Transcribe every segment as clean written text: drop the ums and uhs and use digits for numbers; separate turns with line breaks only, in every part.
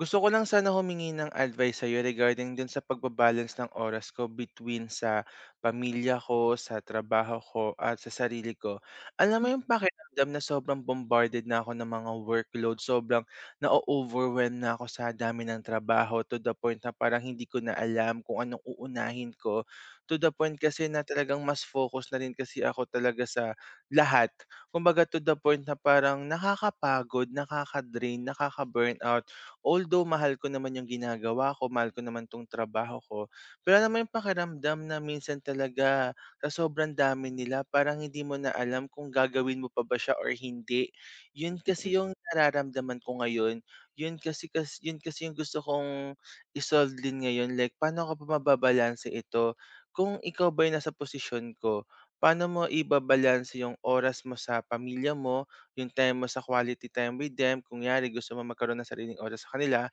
Gusto ko lang sana humingi ng advice sa'yo regarding dun sa pagbabalance ng oras ko between sa pamilya ko, sa trabaho ko, at sa sarili ko. Alam mo yung pakiramdam na sobrang bombarded na ako ng mga workload, sobrang na-overwhelm na ako sa dami ng trabaho to the point na parang hindi ko na alam kung anong uunahin ko. To the point kasi na talagang mas focus na rin kasi ako talaga sa lahat. Kumbaga to the point na parang nakakapagod, nakaka-drain, nakaka-burnout. Although mahal ko naman yung ginagawa ko, mahal ko naman 'tong trabaho ko, pero alam mo yung pakiramdam na minsan talaga sa sobrang dami nila parang hindi mo na alam kung gagawin mo pa ba siya or hindi. Yun kasi yung nararamdaman ko ngayon, yun kasi yung gusto kong i-solve din ngayon, like paano ko pa mababalanse ito? Kung ikaw ba yung nasa posisyon ko, paano mo ibabalanse yung oras mo sa pamilya mo, yung time mo sa quality time with them, kung yari gusto mo magkaroon ng sariling oras sa kanila.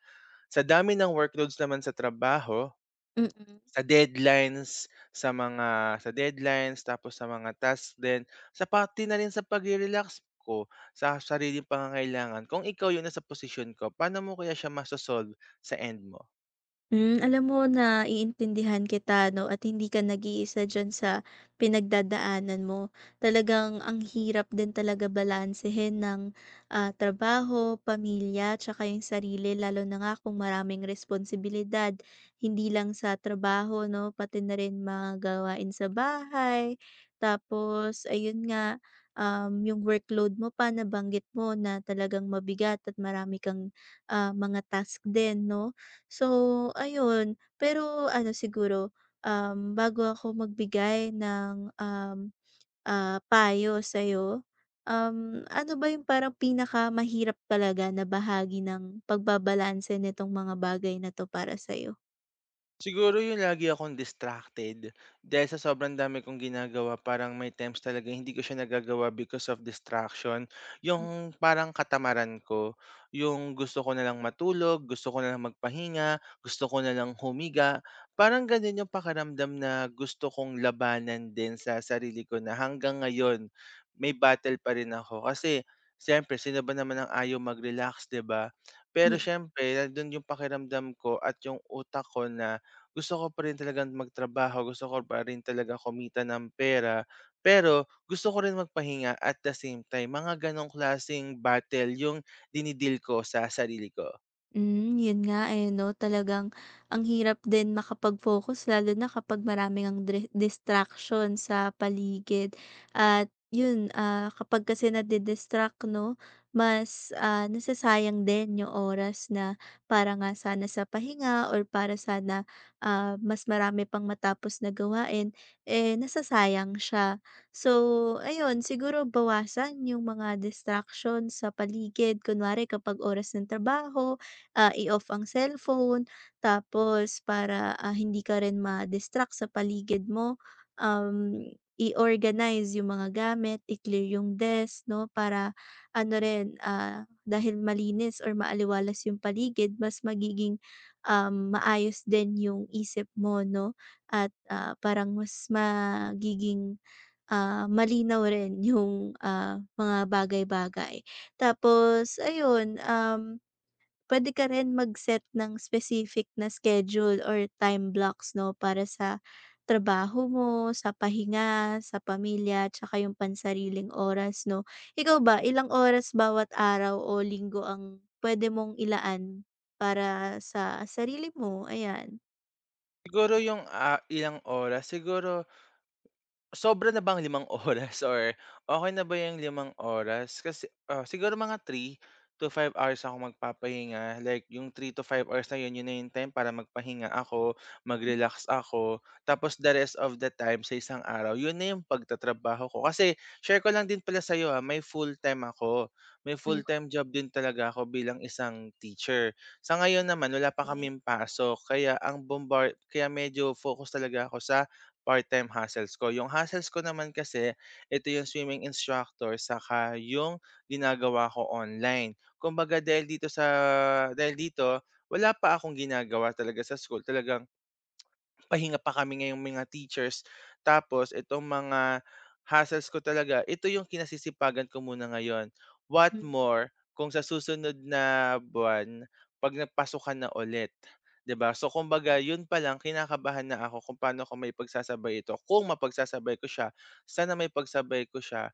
Sa dami ng workloads naman sa trabaho,
Mm.
sa deadlines, sa deadlines, tapos sa mga tasks din, sa pati na rin sa pag relax ko sa sariling pangangailangan. Kung ikaw yung nasa posisyon ko, paano mo kaya siya masosolve sa end mo?
Alam mo na naiintindihan kita 'no at hindi ka nag-iisa diyan sa pinagdadaanan mo. Talagang ang hirap din talaga balansehin ng, trabaho, pamilya, tsaka yung sarili lalo na nga kung maraming responsibilidad. Hindi lang sa trabaho 'no, pati na rin mga gawain sa bahay, tapos ayun nga, yung workload mo pa nabanggit mo na talagang mabigat at marami kang, mga task din 'no. So, ayun. Pero ano siguro, bago ako magbigay ng, payo sa'yo, ano ba yung parang pinakamahirap talaga na bahagi ng pagbabalanse nitong mga bagay na 'to para sa'yo?
Siguro yung lagi akong distracted dahil sa sobrang dami kong ginagawa, parang may times talaga hindi ko siya nagagawa because of distraction. Yung parang katamaran ko, yung gusto ko na lang matulog, gusto ko na lang magpahinga, gusto ko na lang humiga. Parang ganun yung pakaramdam na gusto kong labanan din sa sarili ko na hanggang ngayon may battle pa rin ako kasi siyempre, sino ba naman ang ayaw mag-relax, 'di ba? Pero siyempre, nandun yung pakiramdam ko at yung utak ko na gusto ko pa rin talagang magtrabaho, gusto ko pa rin talaga kumita ng pera, pero gusto ko rin magpahinga at the same time. Mga ganong klaseng battle yung dinidil ko sa sarili ko.
Yun nga, eh, 'no, talagang ang hirap din makapag-focus lalo na kapag marami ngang distraction sa paligid at yun, kapag kasi nadi-distract 'no, mas, nasasayang din yung oras na para nga sana sa pahinga or para sana, mas marami pang matapos na gawain, eh, nasasayang siya. So, ayun siguro bawasan yung mga distraction sa paligid, kunwari kapag oras ng trabaho, i-off ang cellphone, tapos para, hindi ka rin ma-distract sa paligid mo, um, i-organize yung mga gamit, i-clear yung desk 'no, para ano rin, dahil malinis or maaliwalas yung paligid, mas magiging, maayos din yung isip mo 'no at, parang mas magiging, malinaw rin yung, mga bagay-bagay. Tapos ayun. Puwede ka rin mag-set ng specific na schedule or time blocks 'no, para sa trabaho mo, sa pahinga, sa pamilya, tsaka yung pansariling oras 'no. Ikaw ba, ilang oras bawat araw o linggo ang puwede mong ilaan para sa sarili mo? Ayan.
Siguro yung, ilang oras, siguro sobra na bang 5 oras or okay na ba yung 5 oras? Kasi, siguro mga 3 to 5 hours ako magpapahinga. Like yung 3 to 5 hours na yun, yun na yung time para magpahinga ako, mag-relax ako. Tapos the rest of the time sa isang araw, yun na yung pagtatrabaho ko. Kasi share ko lang din pala sa'yo, ha, may full-time ako. May
Mm.
full-time job din talaga ako bilang isang teacher. Sa ngayon naman wala pa
Hmm,
kaming pasok kaya ang bombard, kaya medyo focus talaga ako sa part-time hustles ko. Yung hustles ko naman kasi, ito yung swimming instructor saka yung ginagawa ko online. Kumbaga dahil dito, wala pa akong ginagawa talaga sa school. Talagang pahinga pa kami ngayong mga teachers. Tapos itong mga hassles ko talaga, ito yung kinasisipagan ko muna ngayon. What
mm.
more kung sa susunod na buwan, pag nagpasukan na ulit, 'di ba? So kumbaga, yun pa lang kinakabahan na ako kung paano ko may pagsasabay ito. Kung mapagsasabay ko siya, sana may pagsabay ko siya.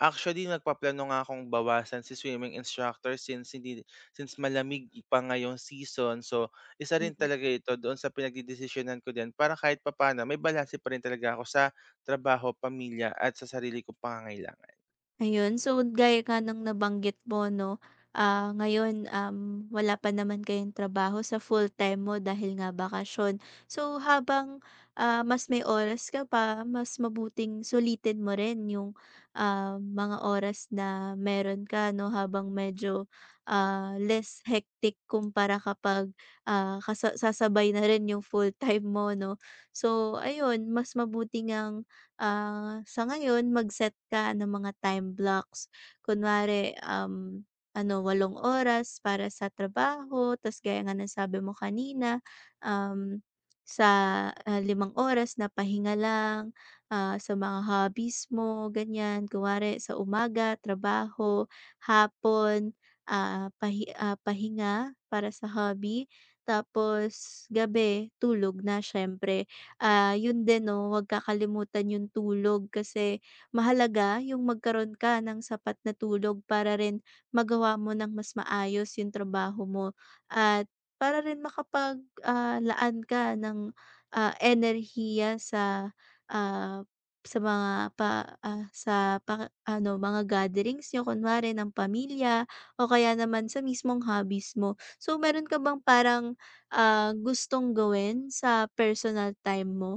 Actually, nagpaplano nga akong bawasan si swimming instructor since malamig pa ngayong season. So, isa rin
Mm.
talaga ito doon sa pinagdedesisyonan ko din para kahit papaano may balanse pa rin talaga ako sa trabaho, pamilya at sa sarili kong pangangailangan.
Ayun, so gaya ka ng nabanggit mo 'no, ngayon, wala pa naman kayong trabaho sa full-time mo dahil nga bakasyon. So habang, mas may oras ka pa, mas mabuting sulitin mo rin yung, mga oras na meron ka 'no, habang medyo, less hectic kumpara kapag, ah, kasa sasabay na rin yung full-time mo 'no. So ayun, mas mabuting sa ngayon mag-set ka ng mga time blocks. Kunwari, ano 8 oras para sa trabaho, ta's gaya nga ng sabi mo kanina, um, sa, 5 oras na pahinga lang, sa mga hobbies mo ganyan. Kunwari sa umaga trabaho, hapon, pahinga para sa hobby, tapos gabi tulog na siyempre. Yun din 'no, huwag kakalimutan yung tulog kasi mahalaga yung magkaroon ka ng sapat na tulog para rin magawa mo ng mas maayos yung trabaho mo at para rin makapag, laan ka ng, enerhiya sa, ah, sa mga pa ah, sa mga gatherings niyo kunwari ng pamilya o kaya naman sa mismong hobbies mo. So, meron ka bang parang gustong gawin sa personal time mo?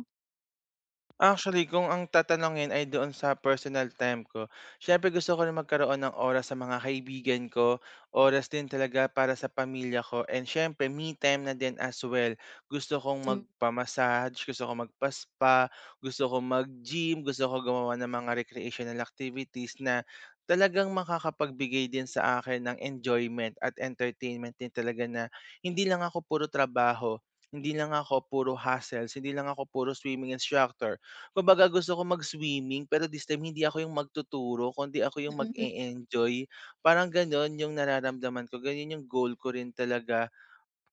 Actually, kung ang tatanungin ay doon sa personal time ko, syempre gusto ko rin magkaroon ng oras sa mga kaibigan ko, oras din talaga para sa pamilya ko, and syempre me time na din as well. Gusto kong
Hmm,
magpamassage, gusto kong magpaspa, gusto kong mag-gym, gusto ko gumawa ng mga recreational activities na talagang makakapagbigay din sa akin ng enjoyment at entertainment din talaga, na hindi lang ako puro trabaho, hindi lang ako puro hassles, hindi lang ako puro swimming instructor. Kumbaga gusto ko mag-swimming pero this time hindi ako yung magtuturo kundi ako yung
mm.
mag-e-enjoy. Parang gano'n yung nararamdaman ko, ganun yung goal ko rin talaga.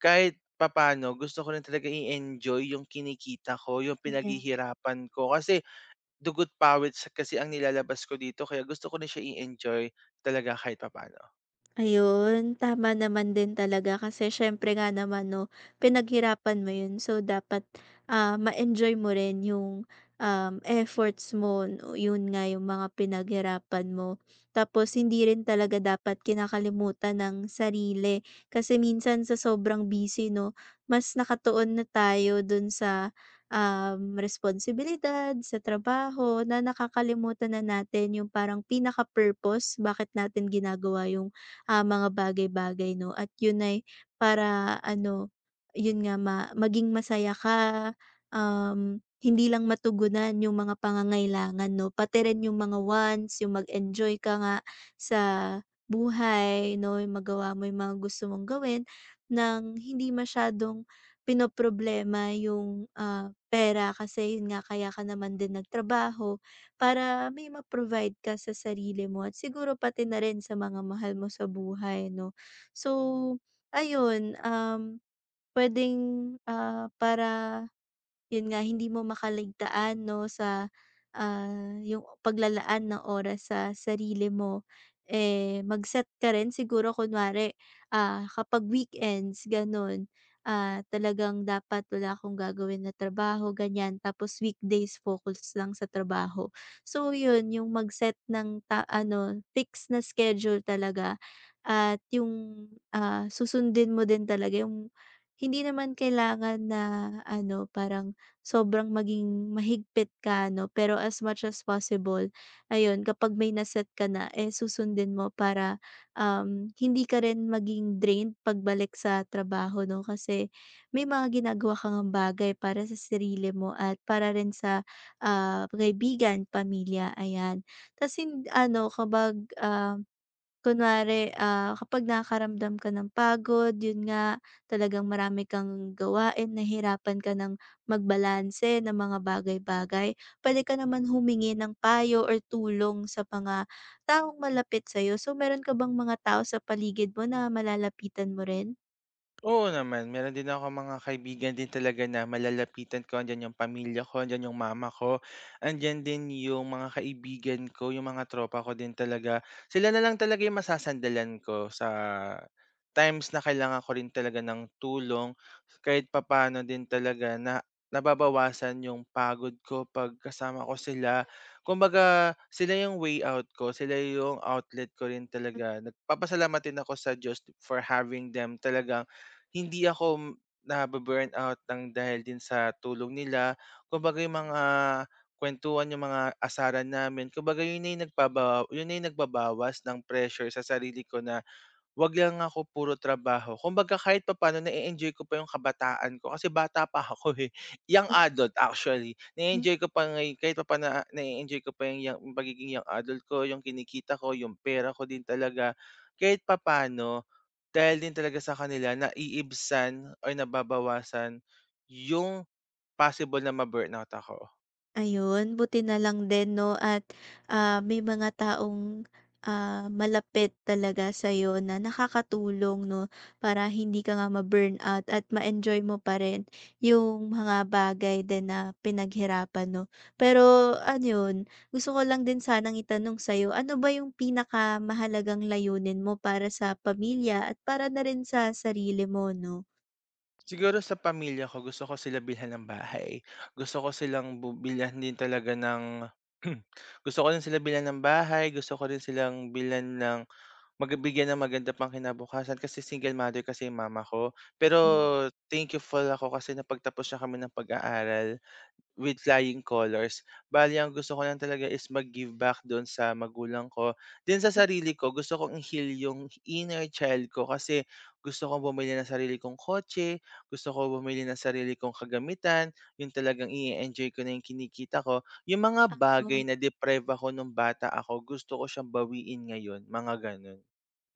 Kahit papaano gusto ko rin talaga i-enjoy yung kinikita ko, yung
Kaya
pinaghihirapan ko kasi dugo't pawis kasi ang nilalabas ko dito, kaya gusto ko rin siya i-enjoy talaga kahit papaano.
Ayun, tama naman din talaga kasi siyempre nga naman 'no, pinaghirapan mo 'yun so dapat, ma-enjoy mo rin yung, efforts mo, o 'yun nga yung mga pinaghirapan mo. Tapos hindi rin talaga dapat kinakalimutan ng sarili kasi minsan sa sobrang busy 'no, mas nakatuon na tayo dun sa, responsibilidad, sa trabaho na nakakalimutan na natin yung parang pinaka-purpose bakit natin ginagawa yung mga bagay-bagay 'no at yun ay para ano, yun nga maging masaya ka, hindi lang matugunan yung mga pangangailangan 'no, pati rin yung mga wants, yung mag-enjoy ka nga sa buhay 'no, yung magawa mo yung mga gusto mong gawin nang hindi masyadong pinoproblema yung, pera kasi yun nga kaya ka naman din nagtrabaho. Para may ma-provide ka sa sarili mo at siguro pati na rin sa mga mahal mo sa buhay 'no. So ayun, um, puwedeng, ah, para 'Yun nga hindi mo makaligtaan 'no sa, yung paglalaan ng oras sa sarili mo. Eh, mag-set ka rin siguro kunwari, kapag weekends gano'n, talagang dapat wala akong gagawin na trabaho ganyan, tapos weekdays focus lang sa trabaho. So 'yun yung mag-set ng ta ano fixed na schedule talaga at yung, susundin mo din talaga yung hindi naman kailangan na ano parang sobrang maging mahigpit ka ano, pero as much as possible ayun kapag may naset ka na, eh, susundin mo para, hindi ka rin maging drained pagbalik sa trabaho 'no, kasi may mga ginagawa kang ngang bagay para sa sarili mo at para rin sa, kaibigan, pamilya, ayan. Tas ano kapag, um kunwari, kapag nakakaramdam ka ng pagod, yun nga, talagang marami kang gawain, nahirapan ka ng magbalanse ng mga bagay-bagay, puwede ka naman humingi ng payo or tulong sa mga taong malapit sa'yo. So, meron ka bang mga tao sa paligid mo na malalapitan mo rin?
Oo naman, meron din ako mga kaibigan din talaga na malalapitan ko, andiyan yung pamilya ko, andiyan yung mama ko, andiyan din yung mga kaibigan ko, yung mga tropa ko din talaga. Sila na lang talaga yung masasandalan ko sa times na kailangan ko rin talaga ng tulong, kahit papano din talaga na nababawasan yung pagod ko pag kasama ko sila. Kumbaga, sila yung way out ko, sila yung outlet ko rin
Mm.
talaga. Nagpapasalamat din ako sa Diyos for having them talaga, hindi ako nabu out ng dahil din sa tulong nila. Kumbaga yung mga kuwentuhan, yung mga asaran namin, kumbaga yun na yung nagbabawas ng pressure sa sarili ko na 'wag lang ako puro trabaho. Kumbaga kahit papaano na enjoy ko pa yung kabataan ko kasi bata pa ako, eh, young adult actually. Na
Mm.
enjoy ko pa kahit papaano, na enjoy ko pa yung pagiging young adult ko, yung kinikita ko, yung pera ko din talaga. Kahit papaano, dahil din talaga sa kanila naiibsan or nababawasan yung possible na ma-burnout ako.
Ayun, buti na lang din 'no at, may mga taong, malapit talaga sa'yo na nakakatulong 'no, para hindi ka nga ma-burnout at ma-enjoy mo pa rin yung mga bagay din na pinaghirapan 'no. Pero ano 'yun, gusto ko lang din sanang itanong sa'yo, ano ba yung pinakamahalagang layunin mo para sa pamilya at para na rin sa sarili mo 'no?
Siguro sa pamilya ko gusto ko sila bilhan ng bahay. Gusto ko silang bilhan din talaga ng gusto ko rin sila bilhan ng bahay, gusto ko rin silang bilhan ng magbigyan ng maganda pang pangkinabukasan kasi single mother kasi yung mama ko. Pero thankful ako kasi napagtapos na kami ng pag-aaral. With flying colors. Bale ang gusto ko lang talaga is mag-give back dun sa magulang ko. Din sa sarili ko, gusto kong i-heal yung inner child ko kasi gusto kong bumili ng sarili kong kotse, gusto ko bumili ng sarili kong kagamitan, yung talagang i enjoy ko na yung kinikita ko. Yung mga bagay
Mm.
na deprive ako nung bata ako, gusto ko siyang bawiin ngayon, mga ganun.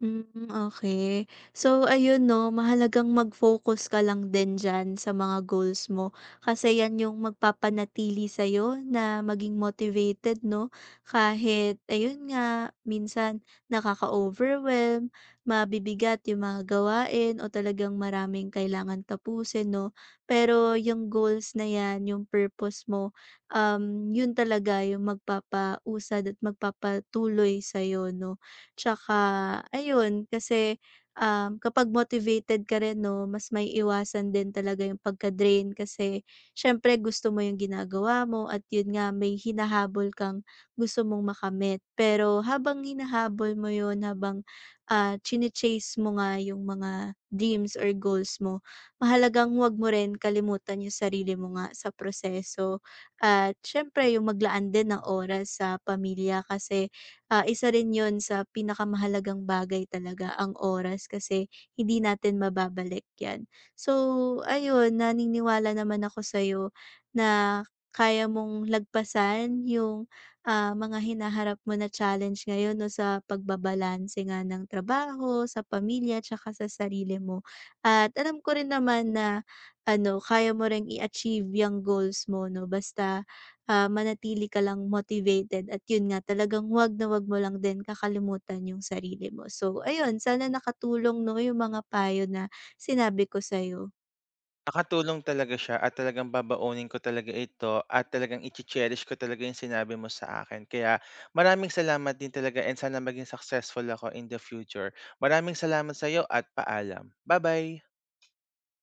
Hmm, okay. So ayun 'no, mahalagang mag-focus ka lang din diyan sa mga goals mo kasi yan yung magpapanatili sa'yo na maging motivated 'no, kahit ayun nga, minsan nakaka-overwhelm, mabibigat yung mga gawain o talagang maraming kailangan tapusin 'no. Pero yung goals na yan, yung purpose mo, yun talaga yung magpapausad at magpapatuloy sa'yo 'no. Tsaka ayun, kasi, kapag motivated ka rin 'no, mas maiiwasan din talaga yung pagka-drain kasi siyempre gusto mo yung ginagawa mo at yun nga may hinahabol kang gusto mong makamit. Pero habang hinahabol mo yun, habang, chine-chase mo nga yung mga dreams or goals mo, mahalagang huwag mo rin kalimutan yung sarili mo nga sa proseso. At siyempre yung maglaan din ng oras sa pamilya kasi isa rin yun sa pinakamahalagang bagay talaga, ang oras kasi hindi natin mababalik yan. So ayun, naniniwala naman ako sa'yo na kaya mong lagpasan yung, mga hinaharap mo na challenge ngayon 'no, sa pagbabalanse nga ng trabaho, sa pamilya, tsaka sa sarili mo. At alam ko rin naman na ano, kaya mo ring i-achieve yung goals mo 'no, basta manatili ka lang motivated at yun nga talagang wag na wag mo lang din kakalimutan yung sarili mo. So ayun, sana nakatulong 'no yung mga payo na sinabi ko sa'yo.
Nakatulong talaga siya at talagang babaunin ko talaga ito at talagang iche-cherish ko talaga yung sinabi mo sa akin. Kaya maraming salamat din talaga, and sana maging successful ako in the future. Maraming salamat sa'yo at paalam. Bye-bye!